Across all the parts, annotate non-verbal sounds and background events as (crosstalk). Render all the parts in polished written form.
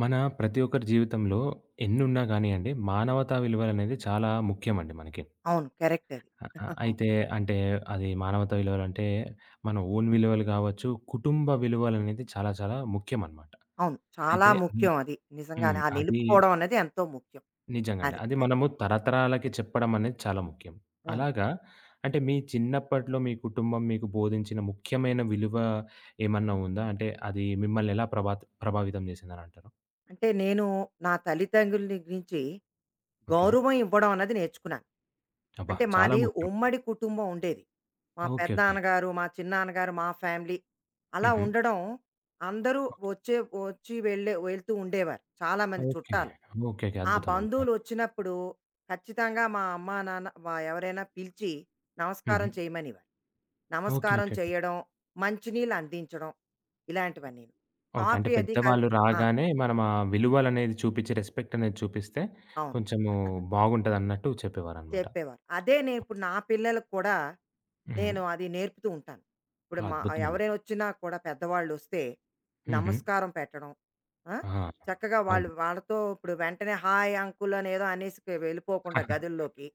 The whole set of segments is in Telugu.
మన ప్రతి ఒక్కరి జీవితంలో ఎన్నున్నా కానియండి, మానవతా విలువలనేది చాలా ముఖ్యమండి మనకి. అవును. కరెక్ట్ అది. అ అ ఆహా! అయితే అంటే అది మానవతా విలువలంటే, మన ఓన్ విలువలు కావచ్చు, కుటుంబ విలువలనేది చాలా చాలా ముఖ్యమనమాట. అవును. చాలా అయితే హ్మ్. ముఖ్యం అది. హ్మ్. నిజంగానే. ఆ అది నిలుపుకోవడం అనేది ఎంతో ముఖ్యం. నిజంగండి. అది. అది అది. మనము తరతరాలకి చెప్పడం అనేది చాలా ముఖ్యం. అవును. అలాగా అంటే మీ చిన్నప్పట్లో మీ కుటుంబం మీకు బోధించిన ముఖ్యమైన విలువ ఏమన్నా ఉందా? అంటే అది మిమ్మల్ని ఎలా ప్రభావితం చేసిందనంటారు? అంటే నేను నా తల్లిదండ్రులని గురించి ఓకే. గౌరవం ఇవ్వడం అన్నది నేర్చుకున్నాను. అబ్బా! అంటే చాలా మాది ముఖ్యమండి. ఉమ్మడి కుటుంబం ఉండేది. మా ఓకే. ఓకే. పెద్దనాన్నగారు, మా చిన్నాన్నగారు, మా ఫ్యామిలీ అలా హుహు. ఉండడం అందరూ ఓకే. వచ్చే వచ్చి వెళ్తూ ఉండేవారు. చాలామంది చుట్టాలు. ఓకేకే. ఆ అద్భుతమండి. ఆ! బంధువులొచ్చినప్పుడు ఖచ్చితంగా మా అమ్మా, నాన్న వ ఎవరైనా పిలిచి హుహు. నమస్కారం చేయమనేవారు. ఓకే. నమస్కారం ఓకే. ఓకే. చేయడం, మంచినీళ్ళు అందించడం ఇలాంటివన్నీను. ఓకే. అంటే కాఫీ అది కల్. పెద్దవాళ్ళు ఆ! రాగానే మనం ఆ విలువలనేది చూపిచ్చి, రెస్పెక్టనేది చూపిస్తే అవును. కొంచెము బాగుంటదన్నట్టు చెప్పేవారనమాట. చెప్పేవారు. అదే నేను ఇప్పుడు నా పిల్లలకు కూడా హుహు. నేను అది నేర్పుతూ ఉంటాను. ఇప్పుడు మా అద్భుతమండి. ఎవరైనా వచ్చినా కూడా పెద్దవాళ్ళొస్తే హుహు. నమస్కారం పెట్టడం. ఆ! ఆ! చక్కగా అవును. వాళ్ళు వాళ్ళతో ఇప్పుడు వెంటనే హాయ్ అంకుల్ అనేదో అనేసి వెళ్ళిపోకుండా (laughs) గదుల్లోకి.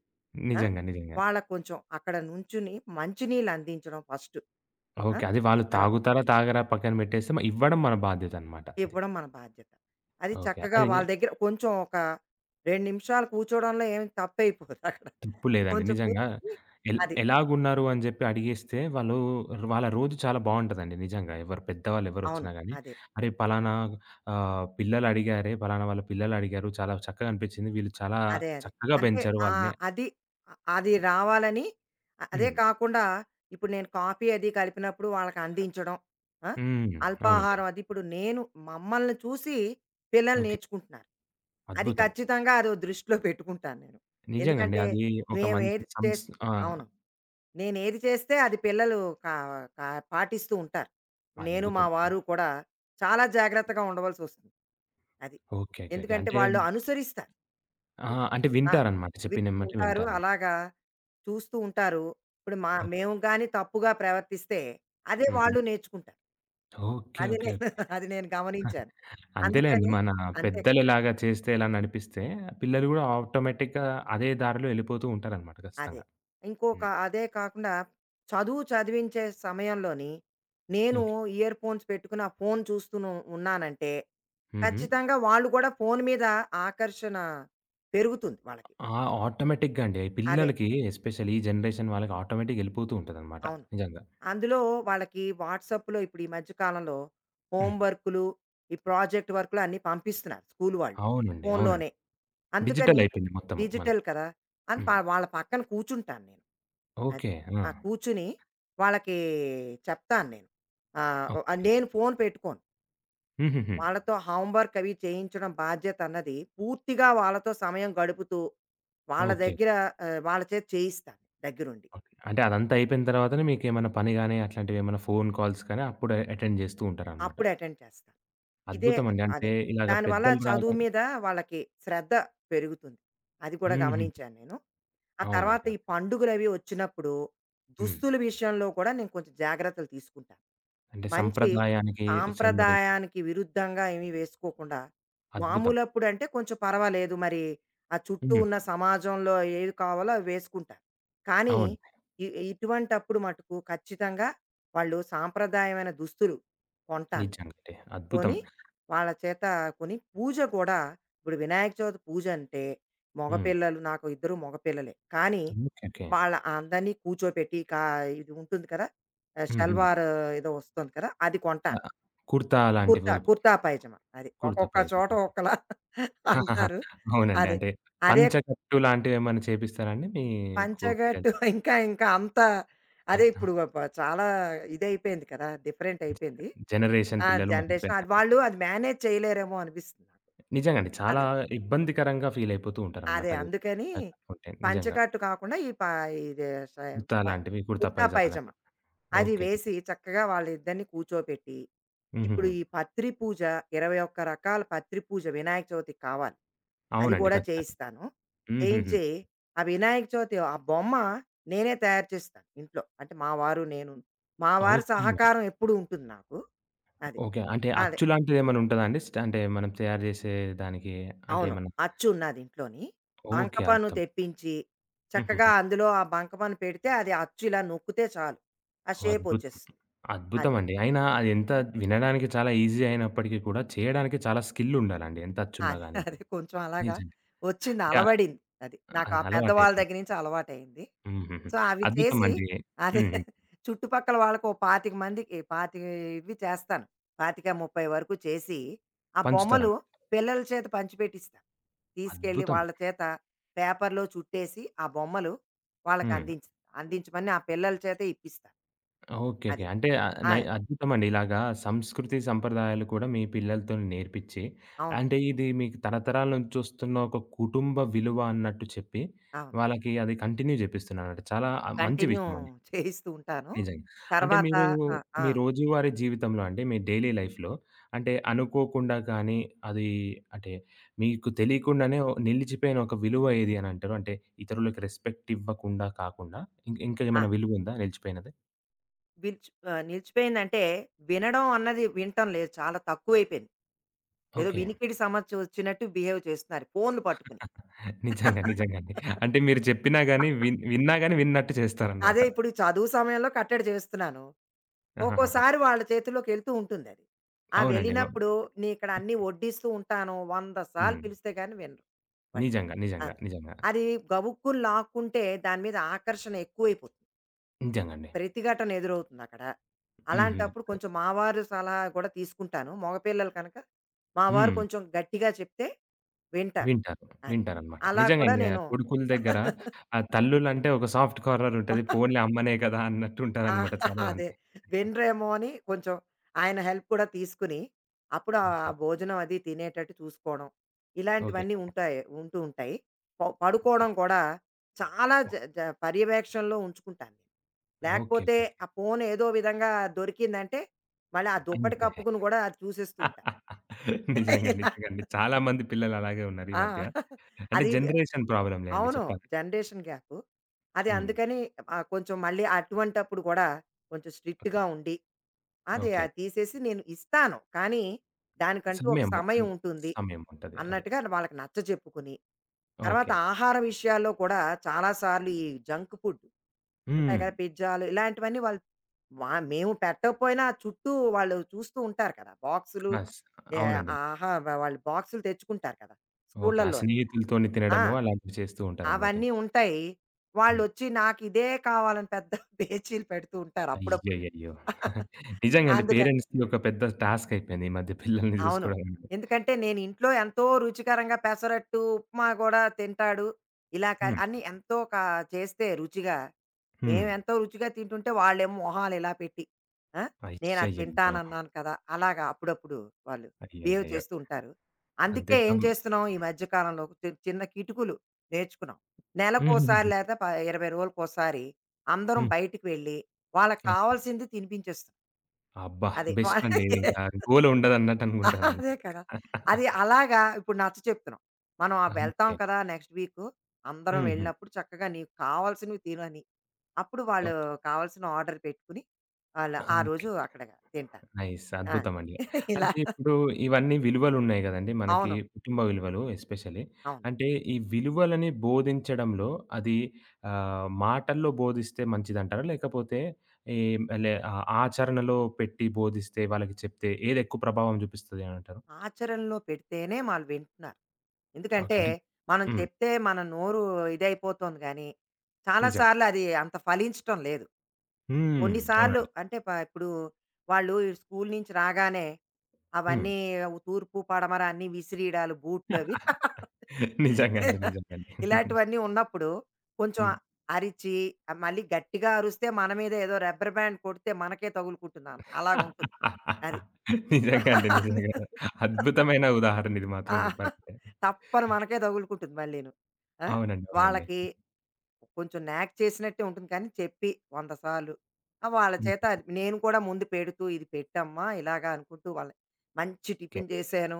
ఆ! నిజంగా. నిజంగా. వాళ్ళకి కొంచెం అక్కడ నుంచుని మంచినీళ్ళు అందించడం ఫస్ట్. ఆ! ఓకే. అది వాళ్ళు తర్వా తాగుతారా? తాగరా? పక్కన పెట్టేస్తే ఇవ్వడం మన బాధ్యతనమాట అది. ఇవ్వడం మన బాధ్యత. అది ఓకే. చక్కగా అది వాళ్ళ దగ్గర కొంచెం ఒక 2 నిమిషాలు కూర్చోవడంలో ఏమి తప్పైపోదు అక్కడ. తప్పు లేదండి. కొంచెం నిజంగా. కూర్చొని ఎల్ అది. ఎలాగున్నారు అని జెప్పి అడిగేస్తే వాళ్ళు వాళ్ళ రోజు చాలా బావుంటదండి నిజంగా. ఎవరు పెద్దవాళ్ళు అవును. ఎవరొచ్చినా గాని, అదే. "అరే! పలానా ఆహ్, పిల్లలు అడిగారే, పలానా వాళ్ళ పిల్లలు అడిగారు. చాలా చక్కగా అనిపించింది. వీళ్ళు చాలా అదే. చక్కగా అంటే పెంచారు వాళ్ళని." అది అది రావాలని అదే హ్మ్. కాకుండా ఇప్పుడు నేను కాఫీ అది కలిపినప్పుడు వాళ్ళకి అందించడం. ఆ! హ్మ్. అవునండి. అల్పాహారం అది ఇప్పుడు నేను మమ్మల్ని చూసి పిల్లలు ఓకే. నేర్చుకుంటున్నారు. అది అద్భుతం. ఖచ్చితంగా అదో దృష్టిలో పెట్టుకుంటాను నేను. నిజంగండి. ఎందుకంటే అది ఒక మేము మంచి ఏది చేస్ ఆ! అవును. నేనేది చేస్తే అది పిల్లలు కా కా పాటిస్తూ ఉంటారు. నేను మా అద్భుతం. వారు కూడా చాలా జాగ్రత్తగా ఉండవలసొస్తుంది. అది. ఓకే. ఓకే. ఓకే. ఎందుకంటే అంటే వాళ్ళు అనుసరిస్తారు. ఆ! ఇప్పుడు. అంటే ఆ! వింటారనమాట. వింటూ చెప్పినెమ్మటే ఉంటారు. వింటారనమాట. అలాగా చూస్తూ ఉంటారు. ఇప్పుడు ఓకే. మేము గాని తప్పుగా ప్రవర్తిస్తే అదే హుహు. వాళ్ళు నేర్చుకుంటారు. ఓకే. అది నేను ఓకే. ఓకే. (laughs) అది నేను గమనించాను. అంతేలేండి. అందుకని మన అంతే. పెద్దలిలాగా చేస్తే ఇలా నడిపిస్తే పిల్లలు గూడా ఆటోమేటిక్‌గా అదే దారిలో ఎళ్ళిపోతూ ఉంటారనమాట అదే. ఖచ్చితంగా. ఇంకొక హ్మ్. అదే కాకుండా చదువు చదివించే సమయంలోని నేను ఓకే. ఇయర్ ఫోన్స్ పెట్టుకొని ఆ ఫోన్ చూస్తూను ఉన్నానంటే హుహు. ఖచ్చితంగా వాళ్ళు కూడా ఫోన్ మీద ఆకర్షణ పెరుగుతుంది వాళ్ళకి. ఆ! ఆటోమేటిక్‌గా అండి. ఈ అదే. పిల్లలకి ఎస్పెషల్లీ ఈ జనరేషన్ వాళ్ళకి ఆటోమేటిక్‌గా ఎళ్ళిపోతూ ఉంటదనమాట. అవును. నిజంగా. అందులో వాళ్ళకి వాట్సాప్‌లో ఇప్పుడు ఈ మధ్య కాలంలో హ్మ్. హోమ్ వర్కులు, ఈ ప్రాజెక్ట్ వర్కులు అన్నీ పంపిస్తున్నారు స్కూల్ వాళ్ళు అవునండి. అవునండి. ఫోన్‌లోనే. అందుకని డిజిటల్ అయిపోయింది మొత్తము మనకి. డిజిటల్ కదా! అని హ్మ్. వాళ్ళ పక్కన కూర్చుంటాను నేను. అది. ఓకే. ఆ! ఆ! కూర్చుని వాళ్ళకి చెప్తాను నేను. ఆహ్, ఒ ఓకే. నేను ఫోన్ పెట్టుకోను. హుహుహు. వాళ్ళతో హోమ్ వర్క్ అవి చేయించడం బాధ్యత అన్నది పూర్తిగా వాళ్ళతో సమయం గడుపుతూ వాళ్ళ ఓకే. దగ్గర వాళ్ళ చేత చేయిస్తాను దగ్గరుండి. ఓకే. అంటే అదంతా అయిపోయిన తర్వాతనే మీకేమన్నా పని గాని, అట్లాంటివేమన్నా ఫోను కాల్స్ కానీ అప్పుడు అటెండ్ జేస్తూ ఉంటారనమాట. అప్పుడు అటెండ్ చేస్తాను. ఇదే అద్భుతమండి. అంటే అదే. ఇలాగ దానివల్ల పెద్దలు చదువు రాగానే మీద వాళ్ళకి శ్రద్ధ పెరుగుతుంది. అది కూడా హుహు. గమనించాను నేను. ఆ తర్వాత అవునండి. ఈ అవును. పండుగలవి వచ్చినప్పుడు హ్మ్. దుస్తుల విషయంలో కూడా నేను కొంచెం జాగ్రత్తలు తీసుకుంటాను. అంటే మంచి సంప్రదాయానికి సంబంధించి సాంప్రదాయానికి విరుద్ధంగా ఏమీ వేసుకోకుండా, అద్భుతం. మామూలప్పుడంటే కొంచెం పర్వాలేదు మరి ఆ చుట్టూ హ్మ్. ఉన్న సమాజంలో ఏవి కావాలో అవి వేసుకుంటారు. కానీ అవును. ఇ ఇటువంటప్పుడు మటుకు ఖచ్చితంగా వాళ్ళు సాంప్రదాయమైన దుస్తులు కొంటాను నేను. నిజంగండి. అద్భుతం. కొని వాళ్ళ చేత కొని పూజ కూడా ఇప్పుడు వినాయక చవితి పూజ అంటే హ్మ్. మగపిల్లలు నాకు ఇద్దరు మగపిల్లలే కానీ ఓకే. ఓకే. వాళ్ళ అందరినీ కూర్చోపెట్టి, ఇది ఉంటుంది కదా ఆ, హ్మ్. హ్మ్. షల్వార్ ఏదో వస్తుంది కదా అది ఆ! కొంటాను. కుర్తా లాంటివి కుర్తా కుర్తా పైజమా అది కుర్తా ఒక్కొక్క పైజామా. చోట ఓకే. ఒక్కలా (laughs) (laughs) అంటారు. అవునండి. అది అంటే అదే పంచకట్టు లాంటివేమన్నా చేపిస్తారాండి మీ కు పిల్లలు? పంచగట్టు. (laughs) ఇంకా ఇంకా అంత అదే ఇప్పుడు వ (laughs) ప చాలా ఇదయిపోయింది కదా! డిఫరెంట్ అయిపోయింది. జనరేషన్ ఆ! పిల్లలు జనరేషన్ అది మారిపోయారండి. వాళ్ళు అది మేనేజ్ చేయలేరేమో అనిపిస్తుంది నాకు. నిజంగండి. చాలా అదే. ఇబ్బందికరంగా ఫీలయిపోతూ ఉంటారనమాట అదే. అది. అందుకని అది కట్టుకుంటే నిజంగా. పంచకట్టు కాకుండా ఈ ప ఇది ష కుర్తా ప లాంటివి, కుర్తా కుర్తా పైజామా పైజామా. లాంటివి. అది ఓకే. వేసి చక్కగా వాళ్ళిద్దరిని కూర్చోపెట్టి, ఇప్పుడు హుహుహు. ఈ పత్రి పూజ 21 రకాల పత్రి పూజ వినాయక చవితికి కావాలి. అది అవునండి. గూడా ఖచ్చితంగా. చేయిస్తాను. హుహుహు. చేయించి, ఆ వినాయక చవితి ఆ బొమ్మ నేనే తయారు చేస్తాను ఇంట్లో. అంటే మా వారు, నేను. మా వారి ఓకే. సహకారం ఎప్పుడూ ఉంటుంది నాకు. అది. ఓకే. అంటే అదే. అచ్చులాంటిదేమైనా ఉంటదా అండి? స్ట్ అంటే మనం తయారు చేసే దానికి అంటే అవును. ఏమన్నా అచ్చు ఉన్నాది ఇంట్లోని. ఓకే. బంకపను అద్భుతం. తెప్పించి, చక్కగా హుహుహు. అందులో ఆ బంకపను పెడితే అది అచ్చు ఇలా నొక్కితే చాలు. ఆ షేప్ అద్భుతం. వచ్చేస్తుంది. అది. అద్భుతమండి. అయినా అదెంత వినడానికి చాలా ఈజీ అయినప్పటికీ కూడా చేయడానికి చాలా స్కిల్ ఉండాలండి. ఎంత అచ్చున్నా అదే. గానియండి. అదే. కొంచెం అలాగా నిజంగా. వచ్చింది అంటే అలవడింది. అది. నాకు అది ఆ పెద్దవాళ్ళ అలవాటయిపోయింది. దగ్గర నుంచి అలవాటయింది. హుహుహు. సో, అవి చేసి అద్భుతమండి. అదే హ్మ్. చుట్టుపక్కల వాళ్ళకి ఓ 25 ఇవి చేస్తాను. 25, 30 వరకు చేసి, ఆ బొమ్మలు పంచుతారండి. పిల్లల చేత పంచిపెట్టిస్తా. తీసుకెళ్ళి అద్భుతం. వాళ్ళ చేత పేపర్‌లో చుట్టేసి, ఆ బొమ్మలు వాళ్ళకి హ్మ్. అందించమని ఆ పిల్లల చేత ఇప్పిస్తా. ఓకే. ఓకే. అది. అంటే ఆహ్, ఆ! నై అద్భుతమండి. ఇలాగా సంస్కృతి, సంప్రదాయాలు కూడా మీ పిల్లలతో నేర్పించి, అవును. అంటే ఇది మీకు తరతరాల నుంచి వస్తున్న ఒక కుటుంబ విలువ అన్నట్టు చెప్పి, అవును. వాళ్ళకి అది కంటిన్యూ జేపిస్తున్నారన్నమాట. చాలా మంచి కంటిన్యూ విషయమండి చేయిస్తూ ఉంటాను. నిజంగా. అంటే తర్వాత మీరు ఆ! ఆ! మీ రోజువారీ జీవితంలో అంటే మీ డైలీ లైఫ్‌లో అంటే అనుకోకుండా కానీ, అది అంటే మీకు తెలియకుండానే ఓ నిలిచిపోయిన ఒక విలువ ఏది అనంటారు? అంటే ఇతరులకి రెస్పెక్ట్ ఇవ్వకుండా కాకుండా, ఇం ఆ! ఇంకేమైనా విలువుందా నిలిచిపోయినది? నిలిచిపోయిందంటే, వినడం అన్నది వినటం లేదు. చాలా తక్కువైపోయింది. ఏదో ఓకే. వినికిడి సమస్య వచ్చినట్టు బిహేవ్ చేస్తున్నారు ఫోన్లు పట్టుకుని. నిజంగా. నిజంగండి. అంటే మీరు చెప్పినా గాని విన్నా గాని విన్నట్టు చేస్తారనమాట. అదే ఇప్పుడు చదువు సమయంలో కట్టడి చేస్తున్నాను. ఆహాహాహా! ఒక్కోసారి వాళ్ళ చేతుల్లోకి ఎళ్తూ ఉంటుందది. ఆ అవునండి. వెళ్ళినప్పుడు నేను ఇక్కడ అన్నీ వడ్డిస్తూ ఉంటాను. 100 సార్లు హ్మ్. పిలిస్తే గాని వినరు వాళ్ళు. నిజంగా. నిజంగా. అది. నిజంగా. అది గబుక్కున లాక్కుంటే దాని మీద ఆకర్షణ ఎక్కువైపోతుంది. నిజంగండి. ప్రతిఘటన ఎదురవుతుందక్కడ. హుహు. అలాంటప్పుడు కొంచెం మా వారు సలహా కూడా తీసుకుంటాను. మగపిల్లలు కనుక మా వారు హ్మ్. కొంచెం గట్టిగా చెప్తే వింటారు. వింటారు. అది. వింటారనమాట. అలా కూడా నిజంగండి. ఆ నేను కొడుకుల దగ్గర ఆ తల్లులంటే ఒక సాఫ్ట్ కార్నర్ ఉంటది. పోన్లే అమ్మనే కదా! అన్నట్టు ఆ! ఉంటారనమాట చాలా అదే. మంది. వినరేమో అని కొంచెం ఆయన హెల్ప్ కూడా తీసుకుని, అప్పుడు ఆ ఓకే. భోజనం అది తినేటట్టు చూసుకోవడం. ఓకే. ఇలాంటివన్నీ ఉంటూ ఉంటాయి. ఓకే. పడుకోవడం కూడా చాలా ఓ జ జ పర్యవేక్షణలో ఉంచుకుంటాను. నేను. ఓకే. లేకపోతే ఓకే. ఆ ఫోను ఏదో విధంగా దొరికిందంటే, మళ్ళీ ఆ దుప్పటి అంతే. కప్పుకుని కూడా అది చూసేస్తూ ఉంటాను. నిజంగా. (laughs) ఇలా నిజంగండి. చాలా మంది పిల్లలు అలాగే ఉన్నారు ఈ ఆ! మధ్య. అంటే అది జనరేషన్ ప్రాబ్లమ్‌లే అండి అవును. చెప్పాలంటే. Generation gap. అది హ్మ్. అందుకని కొంచెం మళ్ళీ అటువంటప్పుడు గూడా కొంచెం ఓకే. స్ట్రిక్ట్‌గా ఉండి, అది ఓకే. అది తీసేసి నేను ఇస్తాను. కానీ దానికంటూ ఒక సమయము. సమయం హ్మ్. ఉంటుంది సమయముంటది. అదే. అన్నట్టుగా వాళ్ళకి నచ్చజెప్పుకుని, తర్వాత ఓకే. ఆహార విషయాల్లో కూడా చాలా సార్లు ఈ జంక్ ఫుడ్ ఉంటాయి హ్మ్. కదా! పిజ్జాలు ఇలాంటివన్నీ వాళ్ళు మేము పెట్టకపోయినా చుట్టూ వాళ్ళు చూస్తూ ఉంటారు కదా! బాక్సులు అస్ ఆహ్, అవునండి. ఆహా! వాళ్ళు బాక్సులు తెచ్చుకుంటారు కదా! ఓకే. ఆ స్కూళ్ళల్లోని. స్నేహితులతోని ఆ! తినడము అలాంటివి చేస్తూ ఉంటారనమాట అవన్నీ ఇంక. ఉంటాయి. హ్మ్. వాళ్ళొచ్చి నాకిదే కావాలని పెద్ద (laughs) పేచీలు పెడుతూ ఉంటారు అప్పుడప్పుడు. అయ్యయ్యయ్యో! (laughs) (laughs) నిజంగా అండి అందుకని పేరెంట్స్‌కి ఒక పెద్ద టాస్క్ అయిపోయింది ఈ మధ్య పిల్లల్ని అవును. చూసుకోవడం అనేది. ఎందుకంటే నేను ఇంట్లో ఎంతో రుచికరంగా పెసరట్టు, ఉప్మా గూడా తింటాడు. ఇలా క హ్మ్. అన్నీ ఎంతో కా చేస్తే రుచిగా హ్మ్. మేమెంతో రుచిగా తింటుంటే వాళ్ళేమో మొహాలు ఇలా పెట్టి, ఆ! నేను అది అయ్యయ్యయ్యో! తింటానన్నాను కదా! అలాగా అప్పుడప్పుడు వాళ్ళు బిహేవ్ అయ్యయ్యయ్యో! చేస్తూ ఉంటారు. అంతే అందుకే ఏం తం చేస్తున్నాం ఈ మధ్య కాలంలో చిన్న కిటుకులు నేర్చుకున్నాం. నెలకోసారి హుహుహు. లేదా 20 రోజులకోసారి అందరం హ్మ్. బయటికి వెళ్ళి, వాళ్ళకి ఓకే. కావాల్సింది తినిపించేస్తున్నాం. అబ్బా! అది. బెస్ట్ అండి. వాళ్ళకి ఇంకా గోల ఉండదన్నట్టు (laughs) అదే అనుకుంటారనమాట. కదా! అది (laughs) అలాగా ఇప్పుడు నచ్చ చెప్తున్నాం. మనం ఆ వెళ్తాం ఓకే. కదా నెక్స్ట్ వీకు, అందరం హుహు. వెళ్ళినప్పుడు చక్కగా నీకు కావాల్సినవి తినని. అప్పుడు వాళ్ళు ఓకే. కావాల్సిన ఆర్డర్ పెట్టుకుని, వాళ్ళు ఆ ఓకే. రోజు అక్కడ తింటారు. నైస్. ఆ! అద్భుతమండి. (laughs) ఇలా అంటే ఇప్పుడు ఇవన్నీ విలువలున్నాయి గదండీ మనకి అవును. కుటుంబ విలువలు ఎస్పెషల్లీ. అవును. అంటే ఈ విలువలని బోధించడంలో అది మాటల్లో బోధిస్తే మంచిదంటారా? లేకపోతే ఈ ఆచరణలో పెట్టి బోధిస్తే వాళ్ళకి చెప్తే ఏదెక్కువ ప్రభావం చూపిస్తది అనంటారు? ఆచరణలో పెడితేనే వాళ్ళు వింటున్నారు. ఓకే ఎందుకంటే, అండి. మనం హ్మ్. చెప్తే మన నోరు ఇదైపోతుంది గానీ, చాలా నిజం. సార్లు అది అంత ఫలించటం లేదు. హ్మ్. కొన్నిసార్లు అవునండి. అంటే ఇప్పుడు వాళ్ళు స్కూల్ నుంచి రాగానే హ్మ్. అవన్నీ తూర్పు, పడమర అన్నీ విసిరీయడాలు బూట్లవి. (laughs) (laughs) నిజంగా అండి. నిజంగా అండి. ఇలాంటివన్నీ ఉన్నప్పుడు కొంచెం హ్మ్. అరిచి ఆ మళ్ళీ గట్టిగా అరిస్తే మన మీద ఏదో రబ్బర్ బ్యాండ్ కొడితే మనకే తగులుకుంటున్నాను అలాగుంటుంది. అది. (laughs) నిజంగా అండి. నిజంగా. (laughs) అద్భుతమైన ఉదాహరణ ఇది ఆ! మాత్రం చెప్పాలంటే. తప్పని మనకే తగులుకుంటుంది మళ్ళీను. ఆ! అవునండి. అవునండి. వాళ్ళకి కొంచెం నాక్ చేసినట్టే ఉంటుంది కానీ చెప్పి 100 సార్లు. ఆ! వాళ్ళ హ్మ్. చేత అది నేను కూడా ముందు పెడుతూ, "ఇది పెట్టమ్మా" ఇలాగా అనుకుంటూ వాళ్ళని మంచి ఓకే. టిఫిన్ చేశాను.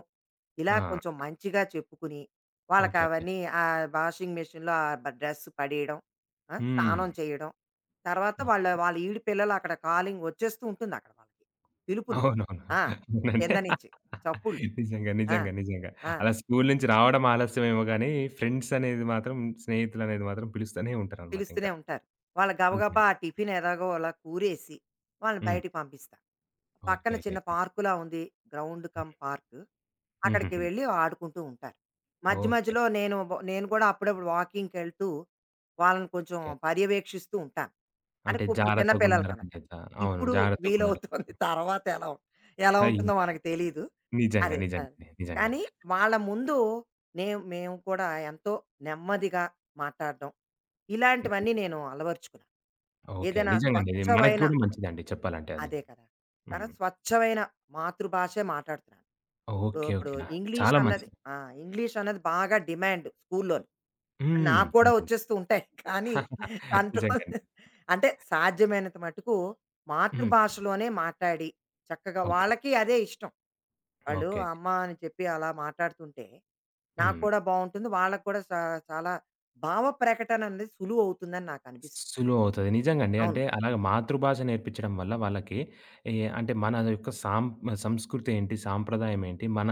ఇలా ఆ! కొంచెం మంచిగా చెప్పుకుని, ఓకే. ఓకే. వాళ్ళకవన్నీ ఆ వాషింగ్ మెషీన్‌లో ఆ డ్రెస్ పడేయడం, ఆ! హ్మ్. స్నానం చేయడం. తర్వాత వాళ్ళ ఓకే. వాళ్ళ ఈడు పిల్లలు అక్కడ కాలింగ్ వచ్చేస్తూ ఉంటుంది అక్కడ వాళ్ళకి. పిలుపులు. అవునవును. ఆ! అవునండి. కింద నుంచి చప్పుళ్ళు. నిజంగా. ఆ! నిజంగా. నిజంగా. ఆ! అలా స్కూలు నుంచి రావడం ఆలస్యమేమో గానీ, ఫ్రెండ్స్ అనేది మాత్రం స్నేహితులనేది మాత్రం పిలుస్తూనే ఉంటారనమాట పిలుస్తూనే ఇంకా. ఉంటారు. వాళ్ళు నిజంగా. గబగబా ఆ టిఫిన్ ఎలాగో అలా కూరేసి వాళ్ళని హ్మ్. బయటికి పంపిస్తా. పక్కన ఓకే. ఓకే. చిన్న ఓకే. పార్కులా ఉంది. Ground cum park. అక్కడికి హుహుహు. వెళ్ళి ఆడుకుంటూ ఉంటారు. మధ్య ఓకే. మధ్యలో నేను కూడా అప్పుడప్పుడు వాకింగ్‌కెళ్తూ వాళ్ళని కొంచెం ఓకే. పర్యవేక్షిస్తూ ఉంటాను. అంటే అంటే ఇప్పుడు చిన్న పిల్లలు జాగ్రత్తగున్నారా కనుక. అనేదా? అవును. ఇప్పుడు జాగ్రత్తగున్నారు. వీలవుతుంది. (laughs) తర్వాత ఎలా అయ్యో! ఉంటుందో మనకు తెలీదు. నిజంగా. అదే. అదే. నిజంగా. నిజంగా. కానీ వాళ్ళ ముందు మేము కూడా ఎంతో నెమ్మదిగా మాట్లాడడం. ఇలాంటివన్నీ నేను అలవరుచుకున్నాను. ఓకే. ఏదైనా నిజంగండి. ఇది మనకి స్వచ్ఛమైన గూడా మంచిదండి చెప్పాలంటే అది. అదే కదా! తర్వాత హ్మ్. స్వచ్ఛమైన మాతృభాషే మాట్లాడుతున్నాను. ఓ ఓకే. ఇప్పుడు ఓకే. ఇంగ్లీష్ చాలా అన్నది మంచిది. ఆ! ఇంగ్లీష్ అన్నది బాగా డిమాండ్ స్కూల్లోని. హ్మ్. నాకు కూడా నిజంగా. వచ్చేస్తూ ఉంటాయి. కానీ కంట్రోల్ నిజంగానే. అంటే సాధ్యమైనంత మటుకు హ్మ్. మాతృభాషలోనే మాట్లాడి చక్కగా ఓకే. వాళ్ళకి అదే ఇష్టం. వాళ్ళు ఓకే. అమ్మ అని చెప్పి అలా మాట్లాడుతుంటే నాకు హ్మ్. కూడా బావుంటుంది. వాళ్ళకి కూడా చాలా భావ ప్రకటన అనేది సులువవుతుందని నాకనిపిస్తుంది. సులువవుతది. నిజంగండి. అవును. అంటే అలాగ మాతృభాష నేర్పించడం వల్ల వాళ్ళకి ఏ అంటే మన యొక్క సంస్కృతేంటి, సాంప్రదాయం ఏంటి, మన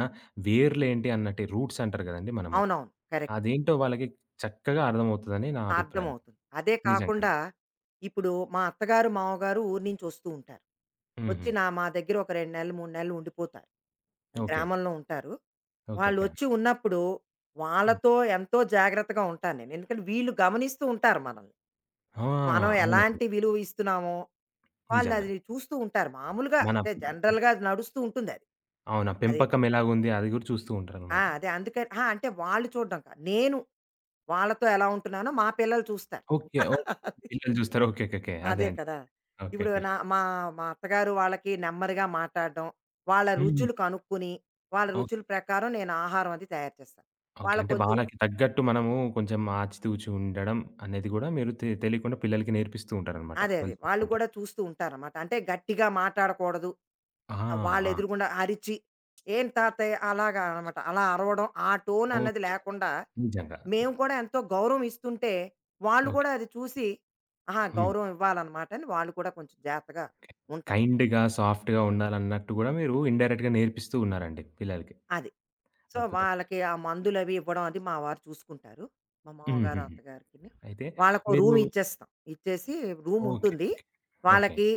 వేర్లేంటి అన్నట్టు రూట్స్ అంటారు గదండీ మనము. అవునవును. కరెక్ట్. అదేంటో వాళ్ళకి చక్కగా అర్థమవుతదని నా అభిప్రాయం. అర్థమవుతుంది. అదే నిజంగండి. కాకుండా ఇప్పుడు మా అత్తగారు, మామగారు ఊరు నుంచి వస్తూ ఉంటారు. హుహు. వచ్చి మా దగ్గర ఒక 2 నెలలు, 3 నెలలు ఉండిపోతారు. ఓకే. గ్రామంలో ఉంటారు. ఓకే. ఓకే. వాళ్ళొచ్చి ఉన్నప్పుడు హ్మ్. వాళ్ళతో ఎంతో జాగ్రత్తగా ఉంటాను నేను. ఎందుకంటే వీళ్ళు గమనిస్తూ ఉంటారు మనల్ని. ఆ! మనం అవునండి. ఎలాంటి విలువ ఇస్తున్నామో నిజంగా. వాళ్ళది చూస్తూ ఉంటారు. మామూలుగా మన అంటే జనరల్‌గా అది నడుస్తూ ఉంటుందది. అది. అవును. ఆ అది పెంపకం ఎలాగుంది అది గూడా చూస్తూ ఆ! ఉంటారనమాట. అదే అందుకని ఆ! అంటే వాళ్ళు చూడడం కాదు. నేను వాళ్ళతో ఎలా ఉంటున్నానో మా పిల్లలు చూస్తారు. ఓకే. ఓహ్! (laughs) పిల్లలు జూస్తారు. ఓకే. ఓకే. ఓకే. అదే. అదే కదా! ఇప్పుడు నా ఓకేకేకే. మా మా అత్తగారు వాళ్ళకి నెమ్మదిగా మాట్లాడడం, వాళ్ళ హ్మ్. రుచులు కనుక్కొని, వాళ్ళ ఓకే. రుచుల ప్రకారం నేను ఆహారం అది తయారు చేస్తాను. ఓకే. వాళ్ళ అంటే కొంచెం వాళ్ళకి తగ్గట్టు మనము కొంచెం ఆచితూచి ఉండడం అనేది గూడా మీరు తెలియకుండా పిల్లలకి నేర్పిస్తూ ఉంటారనమాట. అదే అదే. వాళ్ళు వాళ్ళు చూసుకుంటే. కూడా చూస్తూ ఉంటారనమాట. అంటే గట్టిగా మాట్లాడకూడదు. ఆ! ఆ! వాళ్ళెదురుగుండా అరిచి, "ఏం తాతయ్య" అలాగా అనమాట. అలా అరవడం, ఆ టోన్ అన్నది ఓకే. లేకుండా నిజంగా. మేము కూడా ఎంతో గౌరవం ఇస్తుంటే, వాళ్ళు కూడా ఓకే. అది చూసి, ఆహా! హ్మ్. గౌరవం ఇవ్వాలనమాట అని వాళ్ళు కూడా కొంచెం జాగ్రత్తగా ఓకే. ఉంటారు. కైండ్‌గా, సాఫ్ట్‌గా ఉండాలన్నట్టు గూడా మీరు ఇండైరెక్ట్‌గా నేర్పిస్తూ ఉన్నారండి పిల్లలకి. అది. సో, అద్భుతం. వాళ్ళకి ఆ మందులవి ఇవ్వడం అది మా వారు చూసుకుంటారు. మా మామగారు, హుహుహు. అత్తగారికిని. అయితే వాళ్ళకో మీరు రూమ్ ఇచ్చేస్తాం. ఇచ్చేసి రూమ్ ఓకే. ఉంటుంది. ఓకే. ఓకే. వాళ్ళకి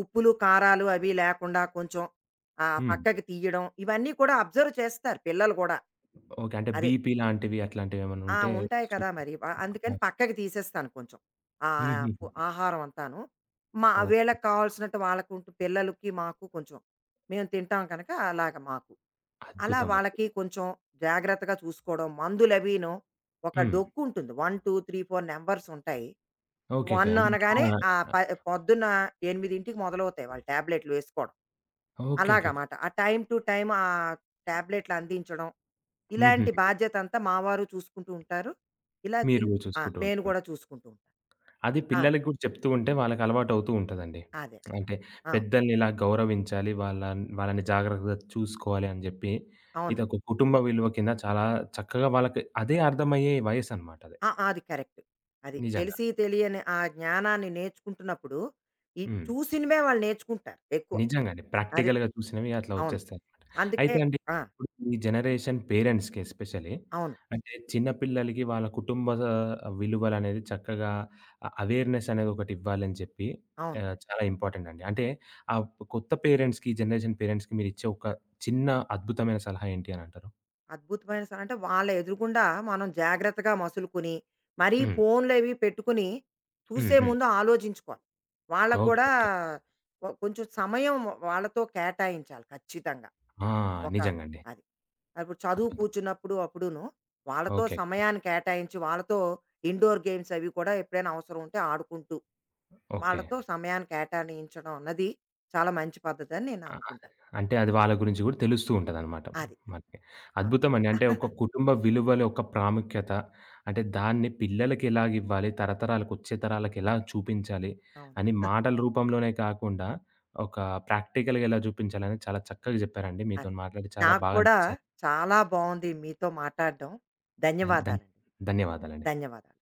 ఉప్పులు, కారాలు అవి లేకుండా కొంచెం హ్మ్. పక్కకి తీయడం ఇవన్నీ కూడా అబ్జర్వ్ చేస్తారు పిల్లలు గూడా. ఓకే. అంటే అదే. బీపీ లాంటివి అట్లాంటివేమన్నా ఆ! ఉంటే ఉంటాయి కదా చూపెట్టాలి. మరి. అందుకని పక్కకి తీసేస్తాను కొంచెం. ఆహ్, ఫు హుహుహు. ఆహారం అంతాను. ఓకే. వీళ్ళకి కావాల్సినట్టు వాళ్ళకుంటూ పిల్లలకి, మాకు కొంచెం మేము తింటాం కనుక అలాగ మాకు. అలా అద్భుతం. వాళ్ళకి కొంచెం జాగ్రత్తగా చూసుకోవడం. మందులవీను ఒక హ్మ్. డొక్కుంటుంది. 1, 2, 3, 4 నంబర్స్ ఉంటాయి. ఓకే. ఓకే. 1 అంటే అనగానే ఆ! ఆహ్, ప పొద్దున్న 8కి మొదలవుతాయి వాళ్ళు టాబ్లెట్‌లు వేసుకోవడం. ఓకే. ఓకే. ఓకే. అలాగమాట. ఆ టైమ్ టు టైమ్ ఆ టాబ్లెట్‌లు అందించడం. హుహుహు. ఇలాంటి బాధ్యతంతా మా వారు చూసుకుంటూ ఉంటారు. ఇలా మీరు చిన్ ఆ! చూసుకుంటూ నేను ఉంటారు. గూడా చూసుకుంటూ ఉంటాను. అది ఆ! పిల్లలకి కూడా చెప్తూ ఉంటే వాళ్ళకి అలవాటవుతూ ఉంటదండి. అదే. అదే. అంటే అవును. పెద్దల్ని ఇలా గౌరవించాలి, వాళ్ళని జాగ్రత్తగా చూసుకోవాలి అని జెప్పి, అవును. ఇదొక కుటుంబ విలువ కింద చాలా చక్కగా వాళ్ళకి అదే అర్థమయ్యే వయసనమాట అది. ఆ! అది కరెక్ట్. అది. నిజంగా. తెలిసి తెలియని ఆ జ్ఞానాన్ని నేర్చుకుంటున్నప్పుడు, ఈ హ్మ్. చూసినవే వాళ్ళు నేర్చుకుంటారు ఎక్కువ. నిజంగా అండి. అది. ప్రాక్టికల్‌గా చూసినవి అట్లా అవును. వచ్చేస్తాయి. అందుకే అయితే అండి, ఆ! ఇప్పుడు ఈ జనరేషన్ పేరెంట్స్‌కి ఎస్పెషల్లీ అవును. అంటే చిన్న పిల్లలకి వాళ్ళ కుటుంబ విలువలనేది చక్కగా అవేర్‌నెస్ అనేది ఒకటి ఇవ్వాలని చెప్పి అవును. చాలా ఇంపార్టెంట్ అండి. అంటే ఆ కొత్త పేరెంట్స్‌కి, ఈ జనరేషన్ పేరెంట్స్‌కి మీరిచ్చే ఒక చిన్న అద్భుతమైన సలహా ఏంటి అని అంటారు? అద్భుతమైన స అంటే వాళ్ళ ఎదురుగుండా మనం జాగ్రత్తగా మసులుకొని, మరీ హ్మ్. ఫోన్‌లవి పెట్టుకుని హ్మ్. చూసే హ్మ్. ముందు ఆలోచించుకోవాలి. వాళ్ళకి ఓకే. కూడా ఓకే. కొంచెం సమయం వాళ్ళతో కేటాయించాలి ఖచ్చితంగా. ఆ! ఒక నిజంగండి. అది. ఇప్పుడు చదువు అద్భుతం. కూర్చున్నప్పుడు అప్పుడూను, వాళ్ళతో ఓకే. ఓకే. సమయాన్ని కేటాయించి, వాళ్ళతో ఇండోర్ గేమ్స్ అవి కూడా ఎప్పుడైనా అవసరం ఉంటే ఆడుకుంటూ, ఓకే. వాళ్ళతో సమయాన్ని కేటాయించడం అన్నది చాలా మంచి పద్ధతి అని నేను అనుకుంటాను. అంటే అది వాళ్ళ గురించి గూడా తెలుస్తూ ఉంటదనమాట అది. మనకి. ఆ! అద్భుతమండి. అంటే ఒక (laughs) కుటుంబ విలువల యొక్క ప్రాముఖ్యత, అంటే దాన్ని పిల్లలకెలాగివ్వాలి, తరతరాలకొచ్చే తరాలకెలా చూపించాలి, అవును. అని మాటల రూపంలోనే కాకుండా, ఒక ప్రాక్టికల్‌గా ఎలా జూపించాలని చాలా చక్కగా జెప్పారండి. అది. మీతోని మాట్లాడి చాలా నాకు బాగా కూడా అనిపించింది. చాలా బాగుంది మీతో మాట్లాడడం. ధన్ ధన్యవాదాలండి. ధన్యవాదాలండి. ధన్యవాదాలు.